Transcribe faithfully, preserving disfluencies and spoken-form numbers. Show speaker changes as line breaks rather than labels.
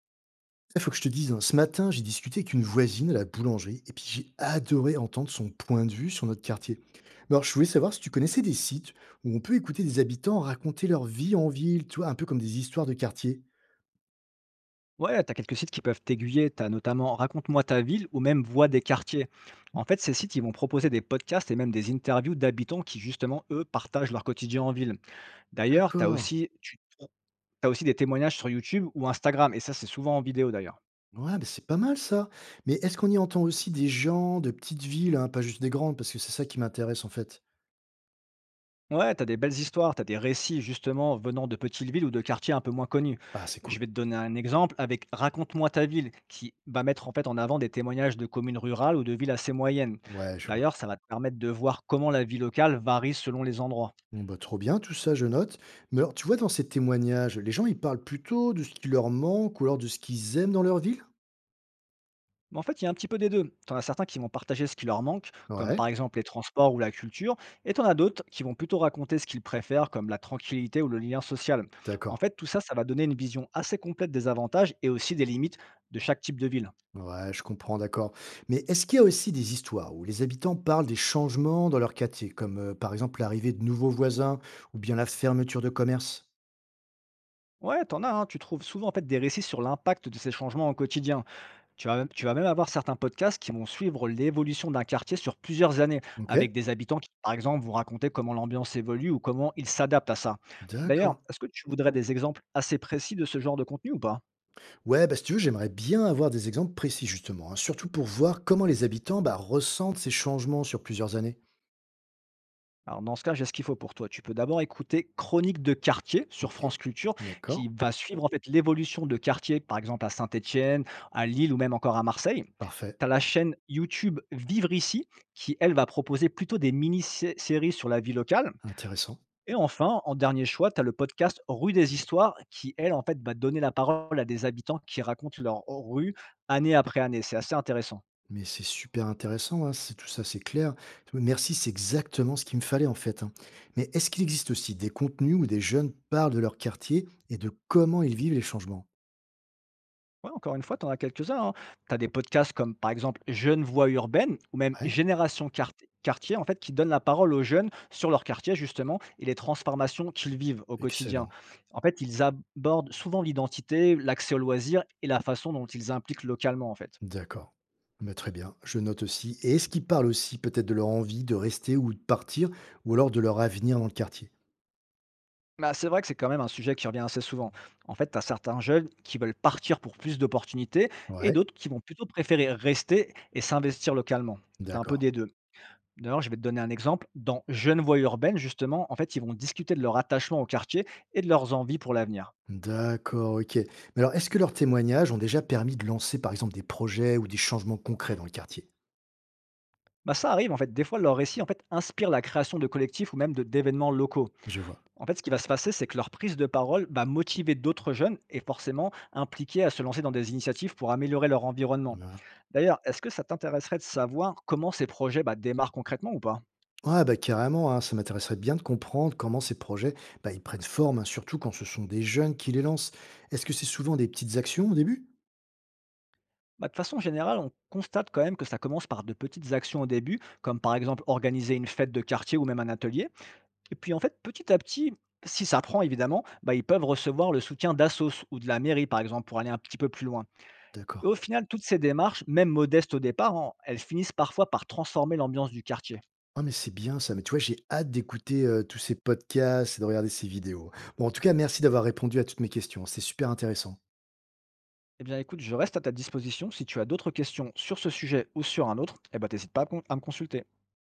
Il faut que je te dise, hein, ce matin, j'ai discuté avec une voisine à la boulangerie et puis j'ai adoré entendre son point de vue sur notre quartier. Mais alors, je voulais savoir si tu connaissais des sites où on peut écouter des habitants raconter leur vie en ville, tu vois, un peu comme des histoires de quartier.
Ouais, tu as quelques sites qui peuvent t'aiguiller. Tu as notamment Raconte-moi ta ville ou même Voix des quartiers. En fait, ces sites, ils vont proposer des podcasts et même des interviews d'habitants qui, justement, eux, partagent leur quotidien en ville. D'ailleurs, tu as
D'accord.
aussi, tu, as aussi des témoignages sur YouTube ou Instagram, et ça, c'est souvent en vidéo d'ailleurs.
Ouais, bah c'est pas mal ça. Mais est-ce qu'on y entend aussi des gens de petites villes, hein, pas juste des grandes, parce que c'est ça qui m'intéresse en fait.
Ouais, t'as des belles histoires, t'as des récits justement venant de petites villes ou de quartiers un peu moins connus.
Ah, c'est
Je
cool.
vais te donner un exemple avec Raconte-moi ta ville, qui va mettre en fait en avant des témoignages de communes rurales ou de villes assez moyennes.
Ouais, je vois.
D'ailleurs, ça va te permettre de voir comment la vie locale varie selon les endroits.
Bon, bah, trop bien, tout ça, je note. Mais alors, tu vois, dans ces témoignages, les gens, ils parlent plutôt de ce qui leur manque ou alors de ce qu'ils aiment dans leur ville?
Mais en fait, il y a un petit peu des deux. T'en as certains qui vont partager ce qui leur manque, comme
Ouais.
par exemple les transports ou la culture, et t'en as d'autres qui vont plutôt raconter ce qu'ils préfèrent, comme la tranquillité ou le lien social. En
D'accord.
fait, tout ça, ça va donner une vision assez complète des avantages et aussi des limites de chaque type de ville.
Ouais, je comprends, d'accord. Mais est-ce qu'il y a aussi des histoires où les habitants parlent des changements dans leur quartier, comme euh, par exemple l'arrivée de nouveaux voisins ou bien la fermeture de commerce?
Ouais, t'en as, hein. Tu trouves souvent en fait des récits sur l'impact de ces changements au quotidien. Tu vas, tu vas même avoir certains podcasts qui vont suivre l'évolution d'un quartier sur plusieurs années,
Ok,
avec des habitants qui, par exemple, vont raconter comment l'ambiance évolue ou comment ils s'adaptent à ça. D'ailleurs,
d'accord.
est-ce que tu voudrais des exemples assez précis de ce genre de contenu ou pas?
Ouais, bah si tu veux, j'aimerais bien avoir des exemples précis justement, hein, surtout pour voir comment les habitants bah, ressentent ces changements sur plusieurs années.
Alors dans ce cas, j'ai ce qu'il faut pour toi. Tu peux d'abord écouter Chronique de quartier sur
Ok,
France Culture,
d'accord,
qui va suivre en fait l'évolution de quartier, par exemple à Saint-Étienne, à Lille ou même encore à Marseille.
parfait,
Tu as la chaîne YouTube Vivre ici, qui elle va proposer plutôt des mini-séries sur la vie locale.
intéressant.
Et enfin, en dernier choix, tu as le podcast Rue des Histoires, qui elle en fait va donner la parole à des habitants qui racontent leur rue année après année. C'est assez intéressant.
Mais c'est super intéressant, hein, c'est tout ça, c'est clair. Merci, c'est exactement ce qu'il me fallait en fait. Hein. Mais est-ce qu'il existe aussi des contenus où des jeunes parlent de leur quartier et de comment ils vivent les changements?
Ouais, encore une fois, tu en as quelques-uns, hein. Tu as des podcasts comme, par exemple, Jeunes voix urbaines ou même
Ouais,
Génération Quart- quartier, en fait, qui donnent la parole aux jeunes sur leur quartier, justement, et les transformations qu'ils vivent au quotidien.
excellent.
En fait, ils abordent souvent l'identité, l'accès aux loisirs et la façon dont ils impliquent localement, en fait.
D'accord. Mais très bien, je note aussi. Et est-ce qu'ils parlent aussi peut-être de leur envie de rester ou de partir, ou alors de leur avenir dans le quartier?
Bah, c'est vrai que c'est quand même un sujet qui revient assez souvent. En fait, tu as certains jeunes qui veulent partir pour plus d'opportunités et
Ouais,
d'autres qui vont plutôt préférer rester et s'investir localement. Tu as un peu
d'accord.
des deux. D'ailleurs, je vais te donner un exemple. Dans Jeunes voix urbaines, justement, en fait, ils vont discuter de leur attachement au quartier et de leurs envies pour l'avenir.
D'accord, ok. Mais alors, est-ce que leurs témoignages ont déjà permis de lancer, par exemple, des projets ou des changements concrets dans le quartier?
Bah, ça arrive, en fait. Des fois, leur récit, en fait, inspire la création de collectifs ou même de d'événements locaux.
Je vois.
En fait, ce qui va se passer, c'est que leur prise de parole va motiver d'autres jeunes et forcément impliquer à se lancer dans des initiatives pour améliorer leur environnement.
Voilà.
D'ailleurs, est-ce que ça t'intéresserait de savoir comment ces projets bah, démarrent concrètement ou pas?
Ouais, bah, carrément, hein, ça m'intéresserait bien de comprendre comment ces projets, bah, ils prennent forme, hein, surtout quand ce sont des jeunes qui les lancent. Est-ce que c'est souvent des petites actions au début?
Bah, de façon générale, on constate quand même que ça commence par de petites actions au début, comme par exemple organiser une fête de quartier ou même un atelier. Et puis en fait, petit à petit, si ça prend évidemment, bah, ils peuvent recevoir le soutien d'assos ou de la mairie, par exemple, pour aller un petit peu plus loin. Et
D'accord.
au final, toutes ces démarches, même modestes au départ, hein, elles finissent parfois par transformer l'ambiance du quartier.
Ah, mais c'est bien ça. Mais tu vois, j'ai hâte d'écouter euh, tous ces podcasts et de regarder ces vidéos. Bon, en tout cas, merci d'avoir répondu à toutes mes questions. C'est super intéressant.
Eh bien écoute, je reste à ta disposition. Si tu as d'autres questions sur ce sujet ou sur un autre, eh ben, t'hésites pas à con- à me consulter.